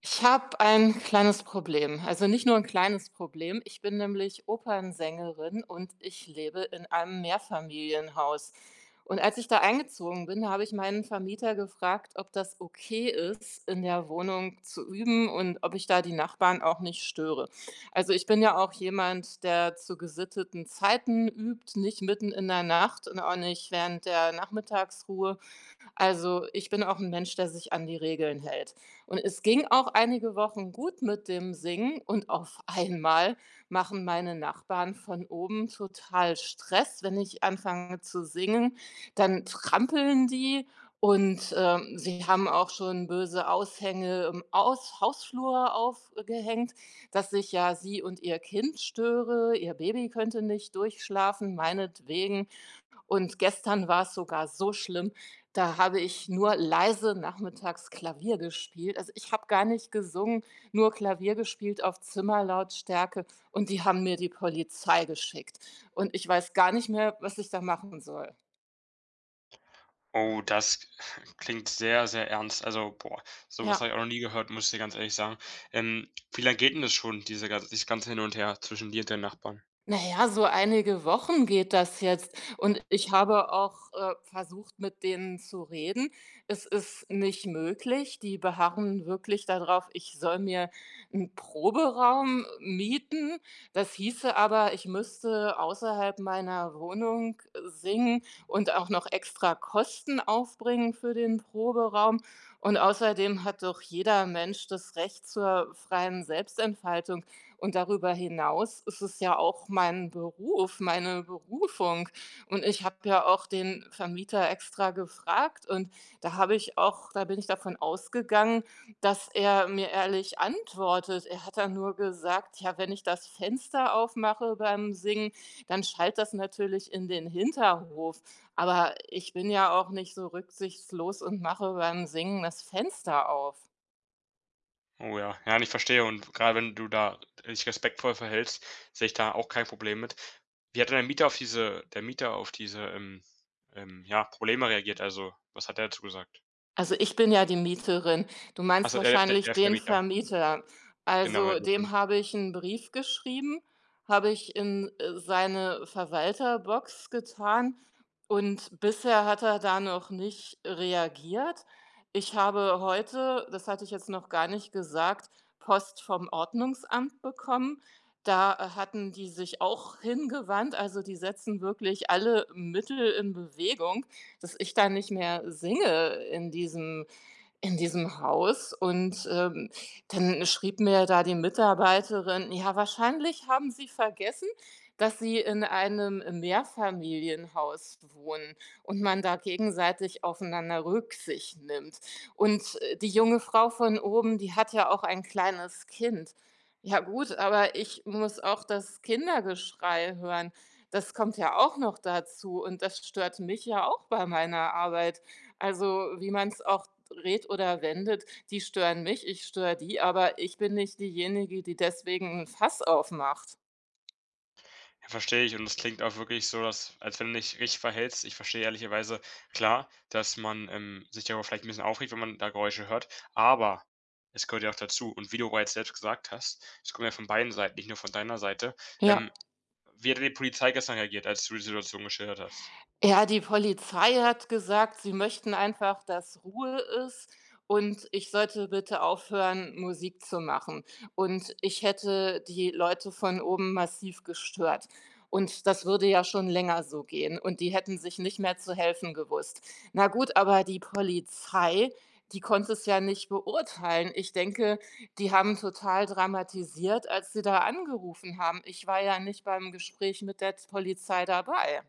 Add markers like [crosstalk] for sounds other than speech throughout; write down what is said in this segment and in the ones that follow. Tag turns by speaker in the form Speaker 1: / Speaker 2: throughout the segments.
Speaker 1: Ich habe ein kleines Problem. Also nicht nur ein kleines Problem. Ich bin nämlich Opernsängerin und ich lebe in einem Mehrfamilienhaus. Und als ich da eingezogen bin, habe ich meinen Vermieter gefragt, ob das okay ist, in der Wohnung zu üben und ob ich da die Nachbarn auch nicht störe. Also ich bin ja auch jemand, der zu gesitteten Zeiten übt, nicht mitten in der Nacht und auch nicht während der Nachmittagsruhe. Also, ich bin auch ein Mensch, der sich an die Regeln hält. Und es ging auch einige Wochen gut mit dem Singen und auf [laughs] einmal machen meine Nachbarn von oben total Stress. Wenn ich anfange zu singen, dann trampeln die und, sie haben auch schon böse Aushänge im Aus Hausflur aufgehängt, dass ich ja sie und ihr Kind störe. Ihr Baby könnte nicht durchschlafen, meinetwegen. Und gestern war es sogar so schlimm, da habe ich nur leise nachmittags Klavier gespielt. Also, ich habe gar nicht gesungen, nur Klavier gespielt auf Zimmerlautstärke und die haben mir die Polizei geschickt. Und ich weiß gar nicht mehr, was ich da machen soll.
Speaker 2: Oh, das [laughs] klingt sehr, sehr ernst. Also, boah, sowas habe
Speaker 1: Ja.
Speaker 2: ich auch noch nie gehört, muss ich dir ganz ehrlich sagen. Ähm, Wie lange geht denn das schon, dieses ganze Hin und Her zwischen dir und deinen Nachbarn?
Speaker 1: Na ja, so einige Wochen geht das jetzt und ich habe auch, versucht, mit denen zu reden. Es ist nicht möglich. Die beharren wirklich darauf, ich soll mir einen Proberaum mieten. Das hieße aber, ich müsste außerhalb meiner Wohnung singen und auch noch extra Kosten aufbringen für den Proberaum. Und außerdem hat doch jeder Mensch das Recht zur freien Selbstentfaltung. Und darüber hinaus ist es ja auch mein Beruf, meine Berufung. Und ich habe ja auch den Vermieter extra gefragt und da habe ich auch da bin ich davon ausgegangen, dass er mir ehrlich antwortet. Er hat dann nur gesagt: „Ja, wenn ich das Fenster aufmache beim Singen, dann schallt das natürlich in den Hinterhof." Aber ich bin ja auch nicht so rücksichtslos und mache beim Singen das Fenster auf.
Speaker 2: Oh ja, ja, ich verstehe. Und gerade wenn du da dich respektvoll verhältst, sehe ich da auch kein Problem mit. Wie hat denn der Mieter auf diese, ja, Probleme reagiert? Also, was hat er dazu gesagt?
Speaker 1: Also, ich bin ja die Mieterin. Du meinst
Speaker 2: Achso,
Speaker 1: wahrscheinlich
Speaker 2: der
Speaker 1: den
Speaker 2: Vermieter.
Speaker 1: Vermieter.
Speaker 2: Genau, ja,
Speaker 1: Also,
Speaker 2: der
Speaker 1: dem
Speaker 2: Vermieter.
Speaker 1: habe ich einen Brief geschrieben, habe ich in, seine Verwalterbox getan und bisher hat er da noch nicht reagiert. Ich habe heute, das hatte ich jetzt noch gar nicht gesagt, Post vom Ordnungsamt bekommen. Da hatten die sich auch hingewandt, also, die setzen wirklich alle Mittel in Bewegung, dass ich da nicht mehr singe in diesem Haus und, dann schrieb mir da die Mitarbeiterin: „Ja, wahrscheinlich haben Sie vergessen, dass Sie in einem Mehrfamilienhaus wohnen und man da gegenseitig aufeinander Rücksicht nimmt. Und, die junge Frau von oben, die hat ja auch ein kleines Kind." Ja gut, aber ich muss auch das Kindergeschrei hören. Das kommt ja auch noch dazu und das stört mich ja auch bei meiner Arbeit. Also, wie man es auch dreht oder wendet, die stören mich, ich störe die, aber ich bin nicht diejenige, die deswegen ein Fass aufmacht.
Speaker 2: Ja, verstehe ich und das klingt auch wirklich so, dass als wenn du dich richtig verhältst. Ich verstehe ehrlicherweise, klar, dass man, sich darüber vielleicht ein bisschen aufregt, wenn man da Geräusche hört, aber es gehört ja auch dazu und wie du bereits selbst gesagt hast, es kommt ja von beiden Seiten, nicht nur von deiner Seite. Ähm,
Speaker 1: Ja.
Speaker 2: wie hat denn die Polizei gestern reagiert, als du die Situation geschildert hast?
Speaker 1: Ja, die Polizei hat gesagt, sie möchten einfach, dass Ruhe ist und ich sollte bitte aufhören, Musik zu machen. Und ich hätte die Leute von oben massiv gestört. Und das würde ja schon länger so gehen. Und die hätten sich nicht mehr zu helfen gewusst. Na gut, aber die Polizei, die konnte es ja nicht beurteilen. Ich denke, die haben total dramatisiert, als sie da angerufen haben. Ich war ja nicht beim Gespräch mit der Polizei dabei.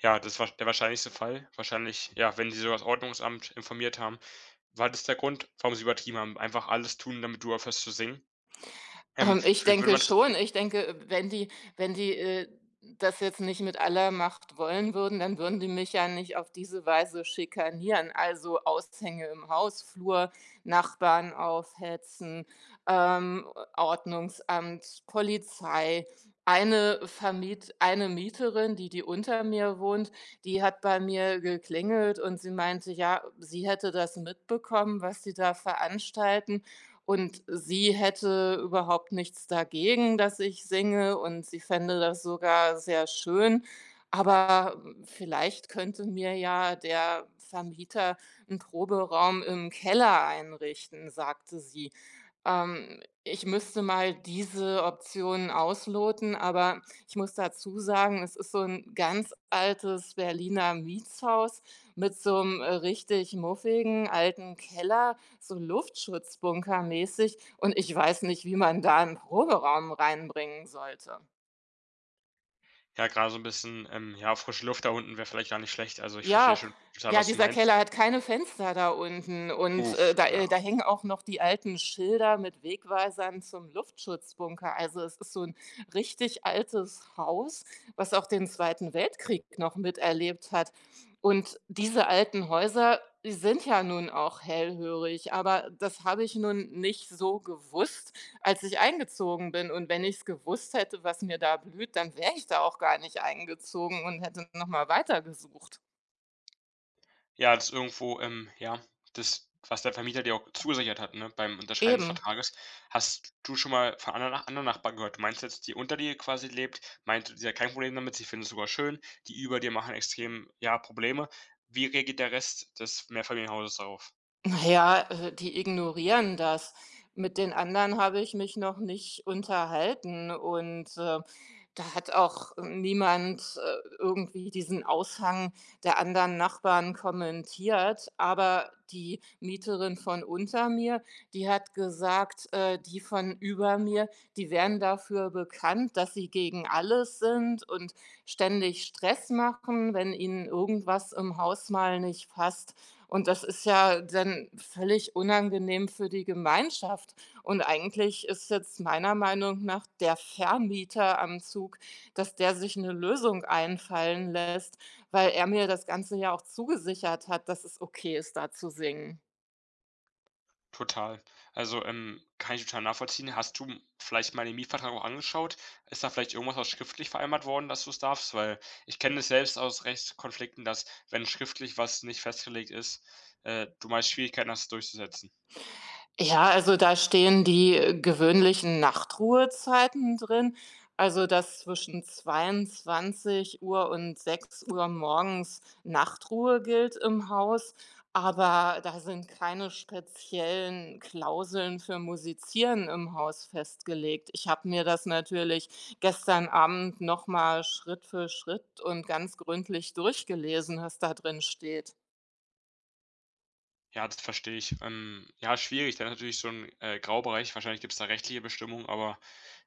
Speaker 2: Ja, das war der wahrscheinlichste Fall. Wahrscheinlich, ja, wenn sie sogar das Ordnungsamt informiert haben, war das der Grund, warum sie übertrieben haben? Einfach alles tun, damit du aufhörst zu singen? Ähm,
Speaker 1: Ich
Speaker 2: mich würde
Speaker 1: denke
Speaker 2: mal interessieren.
Speaker 1: schon. Ich denke, wenn die das jetzt nicht mit aller Macht wollen würden, dann würden die mich ja nicht auf diese Weise schikanieren, also Aushänge im Hausflur, Nachbarn aufhetzen, ähm, Ordnungsamt, Polizei. Eine Mieterin, die unter mir wohnt, die hat bei mir geklingelt und sie meinte, ja, sie hätte das mitbekommen, was sie da veranstalten, und sie hätte überhaupt nichts dagegen, dass ich singe, und sie fände das sogar sehr schön. Aber, vielleicht könnte mir ja der Vermieter einen Proberaum im Keller einrichten, sagte sie. Ich müsste mal diese Option ausloten, aber ich muss dazu sagen, es ist so ein ganz altes Berliner Mietshaus mit so einem richtig muffigen alten Keller, so Luftschutzbunkermäßig, und ich weiß nicht, wie man da einen Proberaum reinbringen sollte.
Speaker 2: Ja, gerade so 'n bisschen, ja, frische Luft da unten wäre vielleicht gar nicht schlecht. Also, ich verstehe
Speaker 1: Ja,
Speaker 2: schon total,
Speaker 1: ja,
Speaker 2: was du
Speaker 1: dieser
Speaker 2: meinst.
Speaker 1: Keller hat keine Fenster da unten und,
Speaker 2: Uff, ja.
Speaker 1: da hängen auch noch die alten Schilder mit Wegweisern zum Luftschutzbunker. Also, es ist so ein richtig altes Haus, was auch den Zweiten Weltkrieg noch miterlebt hat. Und diese alten Häuser, die sind ja nun auch hellhörig, aber das habe ich nun nicht so gewusst, als ich eingezogen bin. Und wenn ich es gewusst hätte, was mir da blüht, dann wäre ich da auch gar nicht eingezogen und hätte noch mal weitergesucht.
Speaker 2: Ja, das ist irgendwo, ja, das, was der Vermieter dir auch zugesichert hat, ne, beim Unterschreiben des
Speaker 1: Eben.
Speaker 2: Vertrages. Hast du schon mal von anderen Nachbarn gehört? Du meinst jetzt, die unter dir quasi lebt, meinte, sie hat kein Problem damit, sie findet es sogar schön. Die über dir machen extrem, ja, Probleme. Wie reagiert der Rest des Mehrfamilienhauses darauf?
Speaker 1: Ja, die ignorieren das. Mit den anderen habe ich mich noch nicht unterhalten und, da hat auch niemand, irgendwie diesen Aushang der anderen Nachbarn kommentiert. Aber die Mieterin von unter mir, die hat gesagt, die von über mir, die wären dafür bekannt, dass sie gegen alles sind und ständig Stress machen, wenn ihnen irgendwas im Haus mal nicht passt. Und das ist ja dann völlig unangenehm für die Gemeinschaft. Und eigentlich ist jetzt meiner Meinung nach der Vermieter am Zug, dass der sich eine Lösung einfallen lässt, weil er mir das Ganze ja auch zugesichert hat, dass es okay ist, da zu singen.
Speaker 2: Total. Also, kann ich total nachvollziehen. Hast du vielleicht mal den Mietvertrag auch angeschaut? Ist da vielleicht irgendwas auch schriftlich vereinbart worden, dass du's darfst? Weil ich kenne das selbst aus Rechtskonflikten, dass, wenn schriftlich was nicht festgelegt ist, du meist Schwierigkeiten hast, es durchzusetzen.
Speaker 1: Ja, also da stehen die, gewöhnlichen Nachtruhezeiten drin. Also, dass zwischen 22 Uhr und 6 Uhr morgens Nachtruhe gilt im Haus, aber da sind keine speziellen Klauseln für Musizieren im Haus festgelegt. Ich habe mir das natürlich gestern Abend noch mal Schritt für Schritt und ganz gründlich durchgelesen, was da drin steht.
Speaker 2: Ja, das verstehe ich. Ja, schwierig, da ist natürlich so ein Graubereich. Wahrscheinlich gibt es da rechtliche Bestimmungen, aber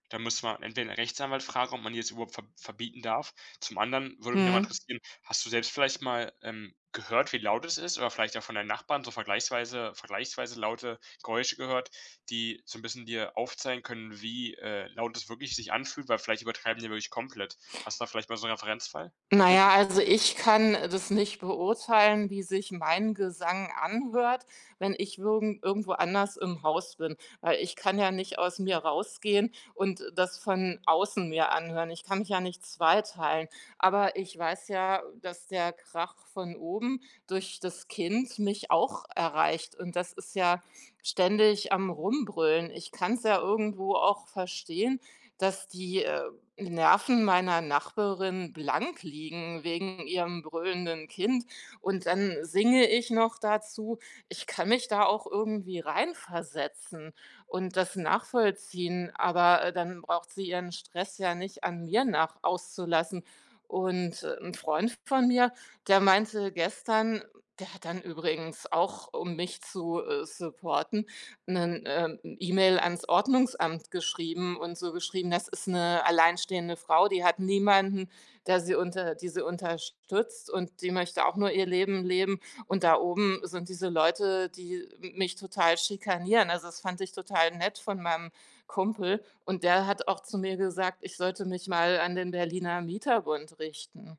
Speaker 2: da müsste man entweder einen Rechtsanwalt fragen, ob man die jetzt überhaupt verbieten darf. Zum anderen würde mich noch mal
Speaker 1: Mhm.
Speaker 2: interessieren, hast du selbst vielleicht mal, gehört, wie laut es ist oder vielleicht auch von deinen Nachbarn so vergleichsweise laute Geräusche gehört, die so ein bisschen dir aufzeigen können, wie, laut es wirklich sich anfühlt, weil vielleicht übertreiben die ja wirklich komplett. Hast du da vielleicht mal so einen Referenzfall ge
Speaker 1: Na ja,
Speaker 2: mitbekommen?
Speaker 1: also ich kann das nicht beurteilen, wie sich mein Gesang anhört, wenn ich würgen irgendwo anders im Haus bin, weil ich kann ja nicht aus mir rausgehen und das von außen mir anhören. Ich kann mich ja nicht zweiteilen, aber ich weiß ja, dass der Krach von oben durch das Kind mich auch erreicht und das ist ja ständig am Rumbrüllen. Ich kann es ja irgendwo auch verstehen, dass die, Nerven meiner Nachbarin blank liegen wegen ihrem brüllenden Kind. Und dann singe ich noch dazu. Ich kann mich da auch irgendwie reinversetzen und das nachvollziehen, aber dann braucht sie ihren Stress ja nicht an mir nach auszulassen. Und ein Freund von mir, der meinte gestern, der hat dann übrigens auch, um mich zu supporten, einen E-Mail ans Ordnungsamt geschrieben und so geschrieben, das ist eine alleinstehende Frau, die hat niemanden, der sie unter die sie unterstützt, und die möchte auch nur ihr Leben leben. Und da oben sind diese Leute, die mich total schikanieren. Also, das fand ich total nett von meinem Kumpel, und der hat auch zu mir gesagt, ich sollte mich mal an den Berliner Mieterbund richten.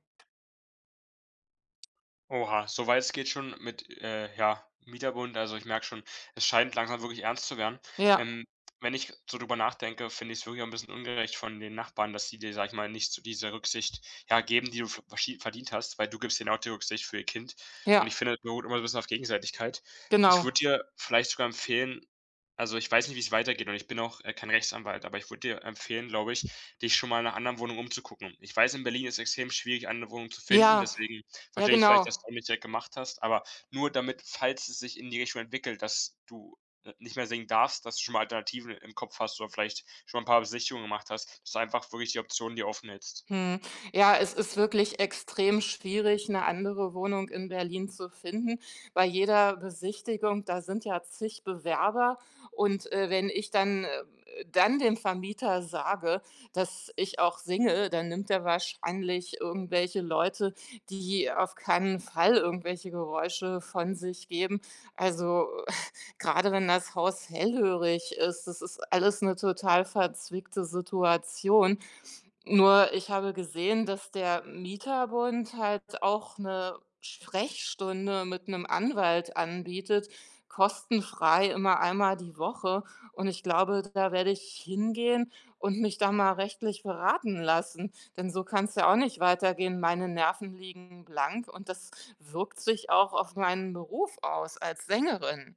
Speaker 2: Oha, so weit es geht schon mit, ja, Mieterbund. Also, ich merke schon, es scheint langsam wirklich ernst zu werden. Ähm,
Speaker 1: Ja,
Speaker 2: wenn ich so drüber nachdenke, finde ich es wirklich auch 'n bisschen ungerecht von den Nachbarn, dass sie dir, sag ich mal, nicht so diese Rücksicht, ja, geben, die du v verschie verdient hast, weil du gibst denen auch die Rücksicht für ihr Kind. Und ich
Speaker 1: ja,
Speaker 2: finde, es beruht immer so ein bisschen auf Gegenseitigkeit. Ich
Speaker 1: genau.
Speaker 2: würde dir vielleicht sogar empfehlen, also, ich weiß nicht, wie es weitergeht und ich bin auch, kein Rechtsanwalt, aber ich würde dir empfehlen, glaube ich, dich schon mal nach anderen Wohnungen umzugucken. Ich weiß, in Berlin ist es extrem schwierig, eine Wohnung zu finden,
Speaker 1: Ja,
Speaker 2: deswegen
Speaker 1: ja,
Speaker 2: verstehe ich vielleicht,
Speaker 1: genau.
Speaker 2: dass du damit direkt gemacht hast, aber nur damit, falls es sich in die Richtung entwickelt, dass du, nicht mehr singen darfst, dass du schon mal Alternativen im Kopf hast oder vielleicht schon mal 'n paar Besichtigungen gemacht hast, dass du einfach wirklich die Option dir offen hältst.
Speaker 1: Hm. Ja, es ist wirklich extrem schwierig, eine andere Wohnung in Berlin zu finden. Bei jeder Besichtigung, da sind ja zig Bewerber, und, wenn ich dann, dann dem Vermieter sage, dass ich auch singe, dann nimmt er wahrscheinlich irgendwelche Leute, die auf keinen Fall irgendwelche Geräusche von sich geben. Also, [laughs] gerade wenn das Haus hellhörig ist, das ist alles eine total verzwickte Situation. Nur ich habe gesehen, dass der Mieterbund halt auch eine Sprechstunde mit einem Anwalt anbietet, kostenfrei immer einmal die Woche. Und ich glaube, da werde ich hingehen und mich da mal rechtlich beraten lassen, denn so kann's ja auch nicht weitergehen. Meine Nerven liegen blank und das wirkt sich auch auf meinen Beruf aus als Sängerin.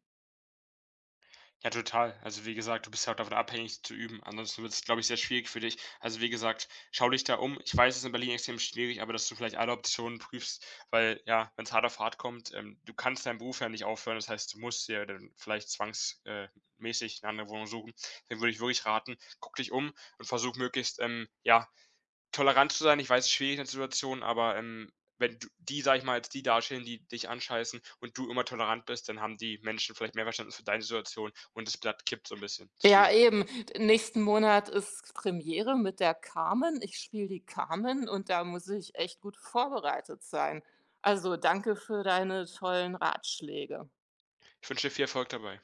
Speaker 2: Ja, total. Also, wie gesagt, du bist ja auch davon abhängig zu üben. Ansonsten wird es, glaube ich, sehr schwierig für dich. Also, wie gesagt, schau dich da um. Ich weiß, es ist in Berlin extrem schwierig, aber dass du vielleicht alle Optionen prüfst, weil ja, wenn es hart auf hart kommt, du kannst deinen Beruf ja nicht aufhören. Das heißt, du musst dir dann vielleicht zwangs mäßig 'ne andere Wohnung suchen. Deswegen würde ich wirklich raten, guck dich um und versuch möglichst, ja, tolerant zu sein, ich weiß, es ist schwierig in der Situation, aber, wenn du die, sage ich mal jetzt die dastehen, die dich anscheißen und du immer tolerant bist, dann haben die Menschen vielleicht mehr Verständnis für deine Situation und das Blatt kippt so ein bisschen zu
Speaker 1: Ja,
Speaker 2: dir.
Speaker 1: eben. Nächsten Monat ist Premiere mit der Carmen. Ich spiele die Carmen und da muss ich echt gut vorbereitet sein. Also, danke für deine tollen Ratschläge.
Speaker 2: Ich wünsche dir viel Erfolg dabei.